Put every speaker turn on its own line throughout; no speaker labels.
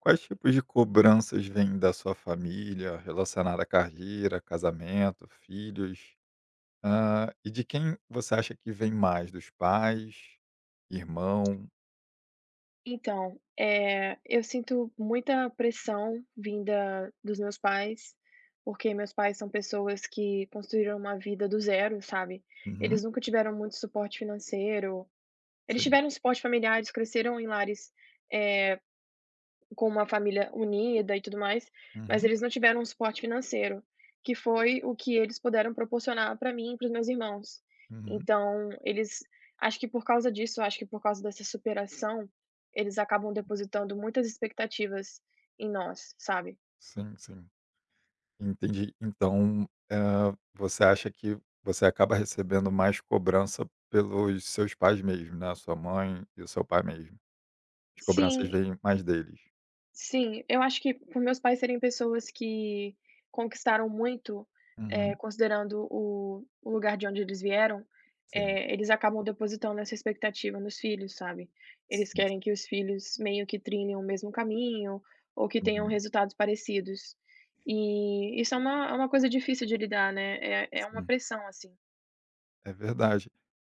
Quais tipos de cobranças vêm da sua família, relacionada à carreira, casamento, filhos? Ah, e de quem você acha que vem mais? Dos pais? Irmão?
Então, eu sinto muita pressão vinda dos meus pais, porque meus pais são pessoas que construíram uma vida do zero, sabe.
Uhum,
Eles nunca tiveram muito suporte financeiro, eles
sim.
tiveram suporte familiar, eles cresceram em lares, eh com uma família unida e tudo mais, mas
Uhum,
eles não tiveram um suporte financeiro, que foi o que eles puderam proporcionar para mim e para os meus irmãos.
uhum,
Então eles acho que por causa disso, acho que por causa dessa superação, eles acabam depositando muitas expectativas em nós, sabe.
sim, sim. Entendi. Então, ah, você acha que você acaba recebendo mais cobrança pelos seus pais mesmo, né? Sua mãe e o seu pai mesmo. As cobranças
Sim,
vêm mais deles.
sim, eu acho que por meus pais serem pessoas que conquistaram muito,
Uhum,
considerando o lugar de onde eles vieram,
sim,
eles acabam depositando essa expectativa nos filhos, sabe. Eles
sim, sim,
querem que os filhos meio que trilhem o mesmo caminho ou que tenham
uhum,
resultados parecidos. E isso é uma coisa difícil de lidar, né, é uma
sim.
pressão, assim.
É verdade.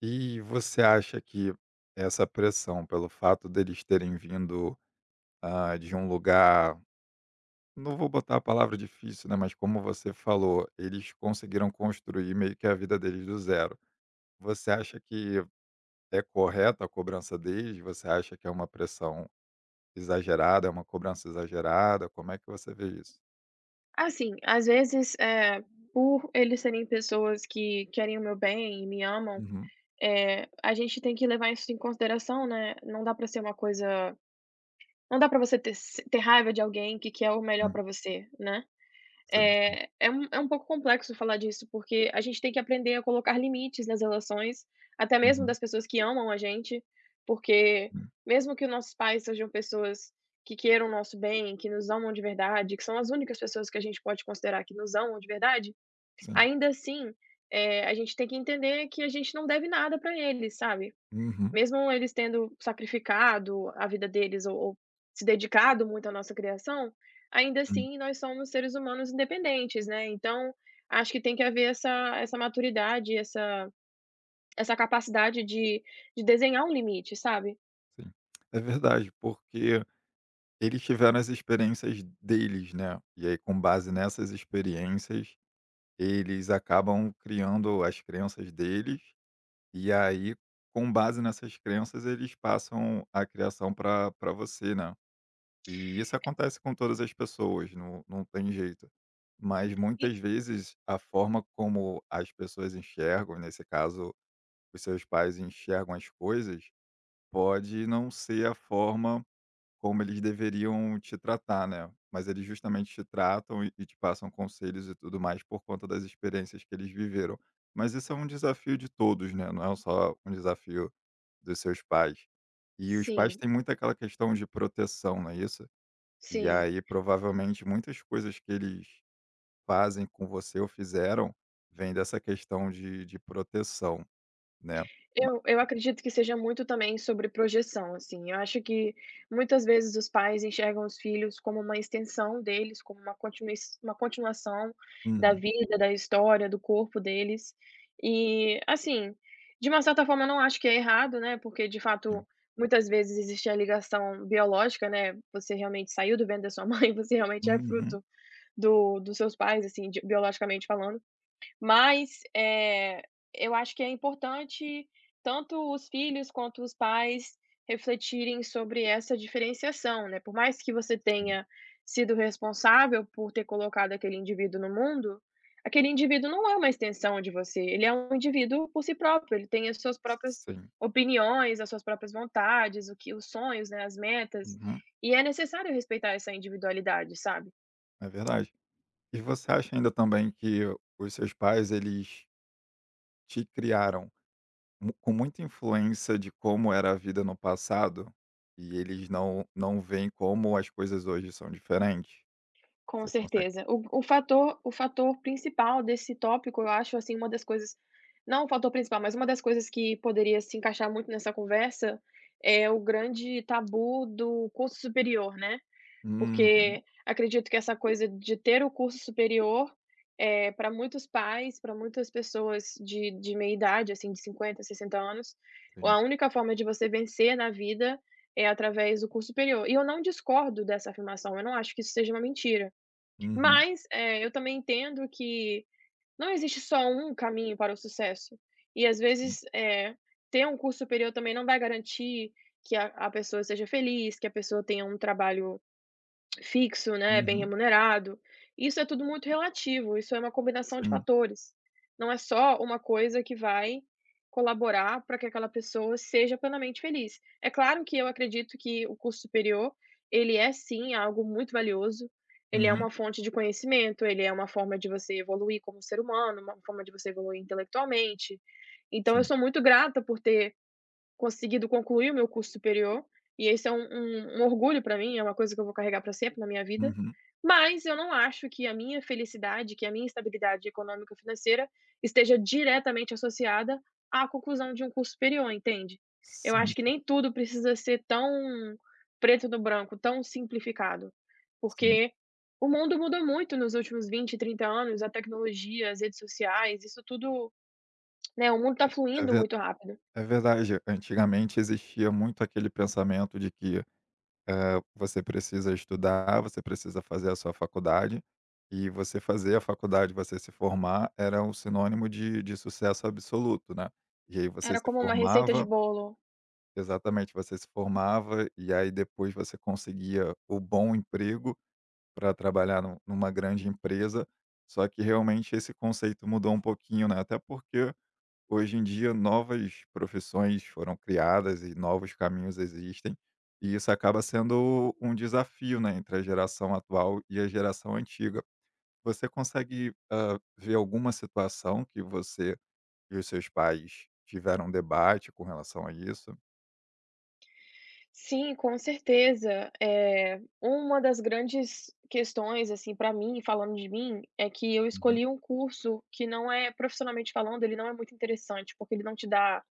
E você acha que essa pressão, pelo fato deles terem vindo, ah, de um lugar, não vou botar a palavra difícil, né, mas como você falou, eles conseguiram construir meio que a vida deles do zero. Você acha que é correta a cobrança deles? Você acha que é uma pressão exagerada, é uma cobrança exagerada? Como é que você vê isso?
Assim, às vezes, por eles serem pessoas que querem o meu bem e me amam,
Uhum,
A gente tem que levar isso em consideração, né, não dá pra ser uma coisa não dá pra você ter se ter raiva de alguém que quer o melhor
sim,
pra você, né.
sim, sim.
É um pouco complexo falar disso, porque a gente tem que aprender a colocar limites nas relações, até mesmo
Uhum,
das pessoas que amam a gente, porque
sim,
mesmo que os nossos pais sejam pessoas que queiram o nosso bem, que nos amam de verdade, que são as únicas pessoas que a gente pode considerar que nos amam de verdade,
sim.
ainda assim, a gente tem que entender que a gente não deve nada pra eles, sabe.
Uhum,
Mesmo eles tendo sacrificado a vida deles ou se dedicado muito à nossa criação, ainda
sim,
assim nós somos seres humanos independentes, né, então acho que tem que haver essa maturidade, essa essa capacidade de desenhar um limite, sabe.
sim. É verdade, porque eles tiveram as experiências deles, né, e aí com base nessas experiências, eles acabam criando as crenças deles, e aí com base nessas crenças eles passam a criação para pra você, né. E isso acontece com todas as pessoas, não tem jeito. Mas
E
muitas vezes a forma como as pessoas enxergam, nesse caso os seus pais enxergam as coisas, pode não ser a forma como eles deveriam te tratar, né. Mas eles justamente te tratam e te passam conselhos e tudo mais por conta das experiências que eles viveram. Mas isso é um desafio de todos, né, não é só um desafio dos seus pais. E os pais
sim,
têm muito aquela questão de proteção, não é isso? E
sim.
aí provavelmente muitas coisas que eles fazem com você ou fizeram vem dessa questão de proteção, né. Ma
Eu acredito que seja muito também sobre projeção, assim, eu acho que muitas vezes os pais enxergam os filhos como uma extensão deles, como uma continuação da
uhum,
vida, da história, do corpo deles. E, assim, de uma certa forma eu não acho que é errado, né, porque de fato
sim.
muitas vezes existe a ligação biológica, né, você realmente saiu do ventre da sua mãe, você realmente é
Uhum,
fruto do dos seus pais, assim, de biologicamente falando. Mas, eu acho que é importante tanto os filhos quanto os pais refletirem sobre essa diferenciação, né. Por mais que você
sim,
tenha sido responsável por ter colocado aquele indivíduo no mundo, aquele indivíduo não é uma extensão de você, ele é um indivíduo por si próprio, ele tem as suas próprias
sim.
opiniões, as suas próprias vontades, o que os sonhos, né, as metas,
Uhum,
e é necessário respeitar essa individualidade, sabe.
é verdade. E você acha ainda também que os seus pais, eles te criaram, mu com muita influência de como era a vida no passado, e eles não veem como as coisas hoje são diferentes?
Com
Você consegue
certeza. O fator principal desse tópico, eu acho, assim, uma das coisas não o fator principal, mas uma das coisas que poderia se encaixar muito nessa conversa, é o grande tabu do curso superior, né.
Uhum,
Porque acredito que essa coisa de ter o curso superior, é para muitos pais, para muitas pessoas de meia idade, assim, de 50, 60 anos,
sim.
a única forma de você vencer na vida é através do curso superior. E eu não discordo dessa afirmação, eu não acho que isso seja uma mentira.
Uhum,
Mas, eu também entendo que não existe só um caminho para o sucesso. E às
sim.
vezes, ter um curso superior também não vai garantir que a pessoa seja feliz, que a pessoa tenha um trabalho fixo, né, bem
Uhum,
remunerado. Isso é tudo muito relativo, isso é uma combinação de
sim.
fatores. Não é só uma coisa que vai colaborar para que aquela pessoa seja plenamente feliz. É claro que eu acredito que o curso superior, ele é sim algo muito valioso, ele é
Uhum,
uma fonte de conhecimento, ele é uma forma de você evoluir como ser humano, uma forma de você evoluir intelectualmente. Então eu
sim.
sou muito grata por ter conseguido concluir o meu curso superior, e esse é um orgulho para mim, é uma coisa que eu vou carregar para sempre na minha vida,
Uhum,
mas eu não acho que a minha felicidade, que a minha estabilidade econômica e financeira esteja diretamente associada à conclusão de um curso superior, entende? Eu
sim,
acho que
sim,
nem tudo precisa ser tão preto no branco, tão simplificado,
sim.
porque o mundo mudou muito nos últimos 20, 30 anos, a tecnologia, as redes sociais, isso tudo, né, o mundo está
É
fluindo
ver
muito rápido.
É verdade. Antigamente existia muito aquele pensamento de que, você precisa estudar, você precisa fazer a sua faculdade, e você fazer a faculdade, você se formar, era um sinônimo de sucesso absoluto, né. E aí você
Era
se
como uma receita de
formava,
bolo.
exatamente, você se formava, e aí depois você conseguia o bom emprego para trabalhar nu numa grande empresa, só que realmente esse conceito mudou um pouquinho, né, até porque hoje em dia, novas profissões foram criadas e novos caminhos existem, e isso acaba sendo um desafio, né, entre a geração atual e a geração antiga. Você consegue, ver alguma situação que você e os seus pais tiveram um debate com relação a isso?
Sim, com certeza. É uma das grandes questões, assim, para mim, falando de mim, é que eu
Uhum,
escolhi um curso que não é profissionalmente falando, ele não é muito interessante, porque ele não te dá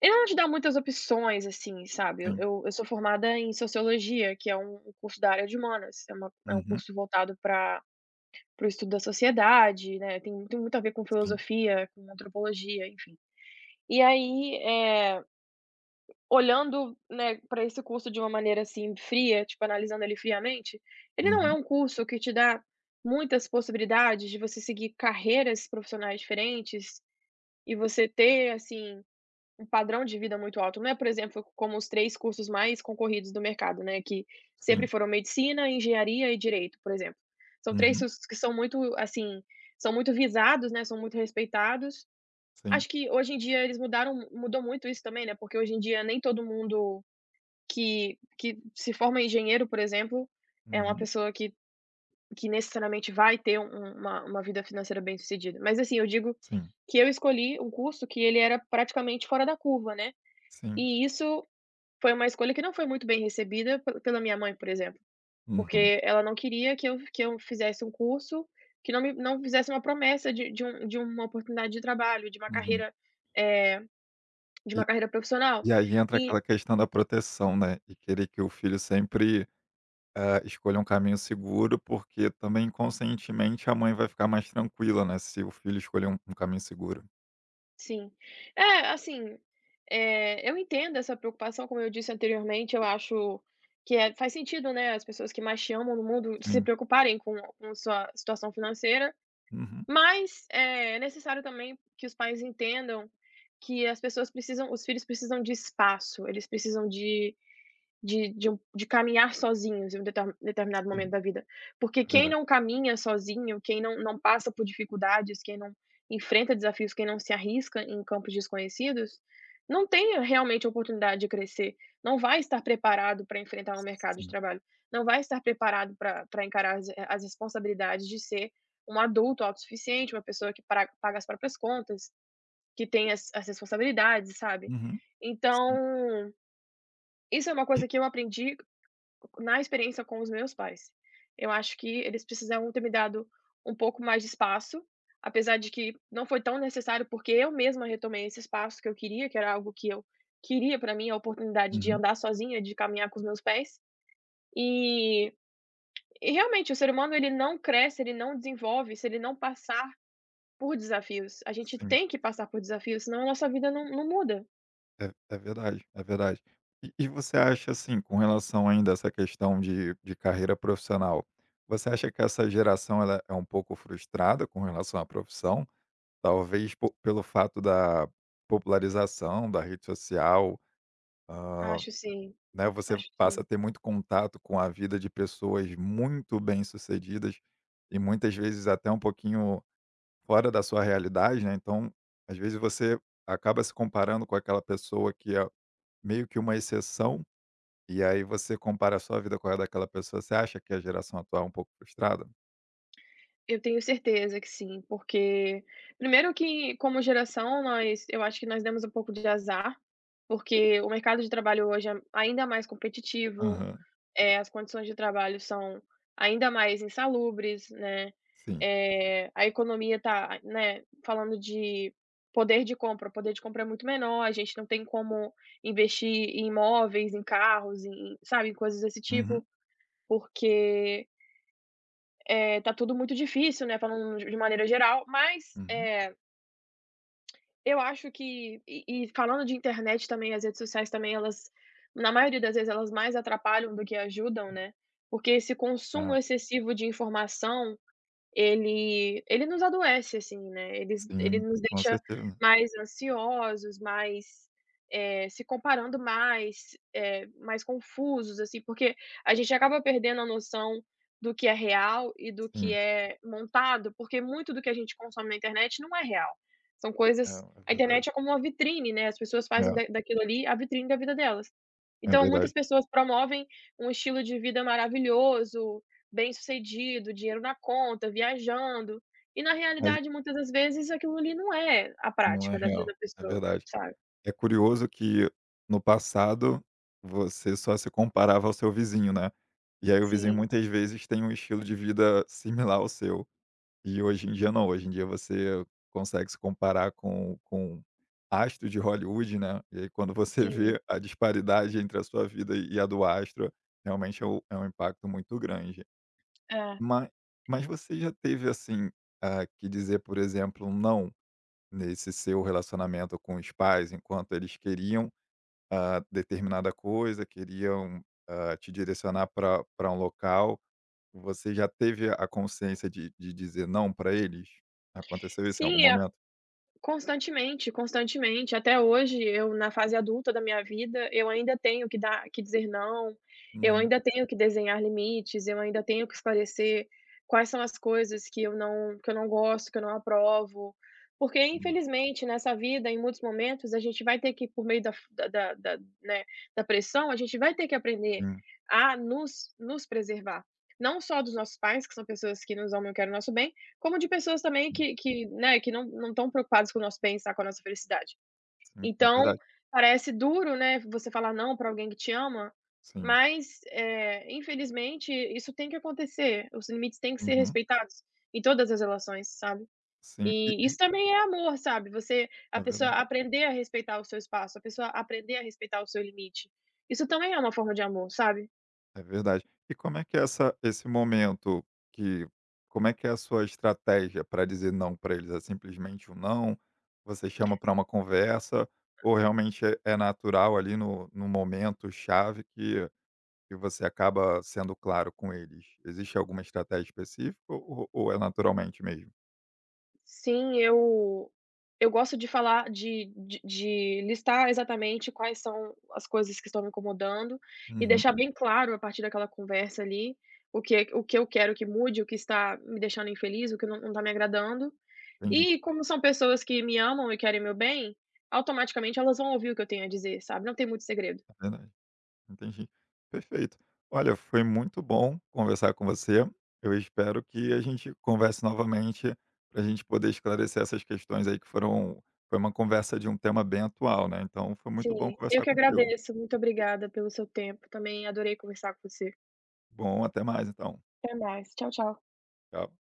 ele não te dá muitas opções, assim, sabe. Eu
sim.
eu eu sou formada em Sociologia, que é um curso da área de humanas, é uma é um
Uhum,
curso voltado pra para o estudo da sociedade, né, tem muito a ver com
sim.
filosofia, com antropologia, enfim. E aí, é olhando, né, pra esse curso de uma maneira, assim, fria, tipo, analisando ele friamente, ele não é
Uhum,
um curso que te dá muitas possibilidades de você seguir carreiras profissionais diferentes e você ter, assim, um padrão de vida muito alto. Não é, por exemplo, como os 3 cursos mais concorridos do mercado, né, que sempre
sim.
foram medicina, engenharia e direito, por exemplo. São 3
Uhum,
cursos que são muito, assim, são muito visados, né, são muito respeitados.
sim.
Acho que hoje em dia eles mudaram mudou muito isso também, né, porque hoje em dia nem todo mundo que se forma engenheiro, por exemplo, é uma
Uhum,
pessoa que necessariamente vai ter uma vida financeira bem-sucedida. Mas, assim, eu digo
sim.
que eu escolhi um curso que ele era praticamente fora da curva, né.
Sim.
E isso foi uma escolha que não foi muito bem recebida pe pela minha mãe, por exemplo,
Uhum,
porque ela não queria que eu fizesse um curso que não fizesse uma promessa de uma oportunidade de trabalho, de uma
uhum.
carreira, eh, de
E
uma carreira profissional.
e aí entra
E
aquela questão da proteção, né, e querer que o filho sempre, escolha um caminho seguro, porque também inconscientemente a mãe vai ficar mais tranquila, né, se o filho escolher um caminho seguro.
sim. É, assim, eu entendo essa preocupação, como eu disse anteriormente, eu acho que é faz sentido, né, as pessoas que mais te amam no mundo se
Sim.
preocuparem com sua situação financeira,
Uhum.
mas é necessário também que os pais entendam que as pessoas precisam os filhos precisam de espaço, eles precisam de caminhar sozinhos em um determinado momento
Sim,
da vida. Porque
é
quem
verdade.
não caminha sozinho, quem não passa por dificuldades, quem não enfrenta desafios, quem não se arrisca em campos desconhecidos, não tem realmente a oportunidade de crescer, não vai estar preparado para enfrentar um mercado de
Sim.
trabalho, não vai estar preparado para encarar as as responsabilidades de ser um adulto autossuficiente, uma pessoa que pra paga as próprias contas, que tem as responsabilidades, sabe.
Uhum. Sim.
Então, isso é uma
E-
coisa que eu aprendi na experiência com os meus pais, eu acho que eles precisavam ter me dado um pouco mais de espaço, apesar de que não foi tão necessário, porque eu mesma retomei esse espaço que eu queria, que era algo que eu queria para mim, a oportunidade de
Uhum.
andar sozinha, de caminhar com os meus pés. E e realmente o ser humano ele não cresce, ele não desenvolve se ele não passar por desafios. A gente
Sim.
tem que passar por desafios, senão a nossa vida não muda.
É verdade, é verdade. E você acha, assim, com relação ainda a essa questão de carreira profissional, você acha que essa geração ela é um pouco frustrada com relação à profissão? Talvez po pelo fato da popularização da rede social, ah,
Acho sim,
Né, você
acho
passa
sim.
a ter muito contato com a vida de pessoas muito bem-sucedidas e muitas vezes até um pouquinho fora da sua realidade, né, então, às vezes você acaba se comparando com aquela pessoa que é meio que uma exceção, e aí você compara a sua vida com a daquela pessoa. Você acha que a geração atual é um pouco frustrada?
Eu tenho certeza que sim, porque primeiro que como geração nós eu acho que nós demos um pouco de azar, porque o mercado de trabalho hoje é ainda mais competitivo,
Aham,
as condições de trabalho são ainda mais insalubres, né,
sim.
a economia tá, né, falando de poder de compra, o poder de compra é muito menor, a gente não tem como investir em imóveis, em carros, em sabe, em coisas desse
Uhum,
tipo, porque tá tudo muito difícil, né, falando de maneira geral, mas,
uhum.
eu acho que falando de internet também, as redes sociais também, elas na maioria das vezes, elas mais atrapalham do que ajudam, né, porque esse consumo
É,
excessivo de informação, ele nos adoece, assim, né, ele
sim,
nos
com
deixa
certeza.
mais ansiosos, mais, se comparando mais, mais confusos, assim, porque a gente acaba perdendo a noção do que é real e do que
Sim,
é montado, porque muito do que a gente consome na internet não é real. São
é,
coisas
é
a
verdade.
internet é como uma vitrine, né, as pessoas fazem
É,
da daquilo ali a vitrine da vida delas.
é
Então muitas
verdade.
pessoas promovem um estilo de vida maravilhoso, bem-sucedido, dinheiro na conta, viajando, e na
Mas
realidade muitas das vezes aquilo ali não é a
não é
prática da vida
real,
da
é
pessoa,
verdade.
sabe?
É curioso que no passado você só se comparava ao seu vizinho, né. E aí o vizinho
Sim,
muitas vezes tem um estilo de vida similar ao seu. E hoje em dia não, hoje em dia você consegue se comparar com astro de Hollywood, né. E aí quando você
sim.
vê a disparidade entre a sua vida e a do astro, realmente é um impacto muito grande.
É.
Mas, mas, você já teve, assim, que dizer, por exemplo, um "não" nesse seu relacionamento com os pais, enquanto eles queriam, determinada coisa, queriam, te direcionar para pra um local, você já teve a consciência de dizer não para eles? Aconteceu isso em
Sim,
algum momento?
constantemente, constantemente. Até hoje, eu na fase adulta da minha vida, eu ainda tenho que dizer não, eu
Hum,
ainda tenho que desenhar limites, eu ainda tenho que esclarecer quais são as coisas que eu não gosto, que eu não aprovo. Porque
entendi.
infelizmente nessa vida, em muitos momentos, a gente vai ter que por meio da né, da pressão, a gente vai ter que aprender
Sim,
a nos preservar. Não só dos nossos pais, que são pessoas que nos amam e querem o nosso bem, como de pessoas também
sim,
que, né, que não não estão preocupadas com o nosso bem-estar, com a nossa felicidade.
sim, é
Então,
verdade.
parece duro, né, você falar não para alguém que te ama,
Sim.
mas, infelizmente isso tem que acontecer, os limites têm que ser
Uhum.
respeitados em todas as relações, sabe.
Sim. E
E
e
isso também é amor, sabe, você a
é
pessoa
verdade.
aprender a respeitar o seu espaço, a pessoa aprender a respeitar o seu limite. Isso também é uma forma de amor, sabe.
É verdade. E como é que é essa esse momento, que como é que é a sua estratégia para dizer não para eles? É simplesmente um não? Você chama para uma conversa? Ou realmente é natural ali no momento chave, que você acaba sendo claro com eles? Existe alguma estratégia específica, ou é naturalmente mesmo?
Sim, eu gosto de falar de listar exatamente quais são as coisas que estão me incomodando e
Uhum,
deixar bem claro a partir daquela conversa ali, o que eu quero que mude, o que está me deixando infeliz, o que não está me agradando.
entendi,
E como são pessoas que me amam e querem meu bem, automaticamente elas vão ouvir o que eu tenho a dizer, sabe, não tem muito segredo.
é verdade. Entendi. Perfeito. Olha, foi muito bom conversar com você. Eu espero que a gente converse novamente para a gente poder esclarecer essas questões aí, que foram foi uma conversa de um tema bem atual, né? Então foi muito bom
Sim, eu
conversar
que
contigo.
agradeço, muito obrigada pelo seu tempo também, adorei conversar com você.
Bom, até mais então.
Até mais, tchau, tchau.
Tchau.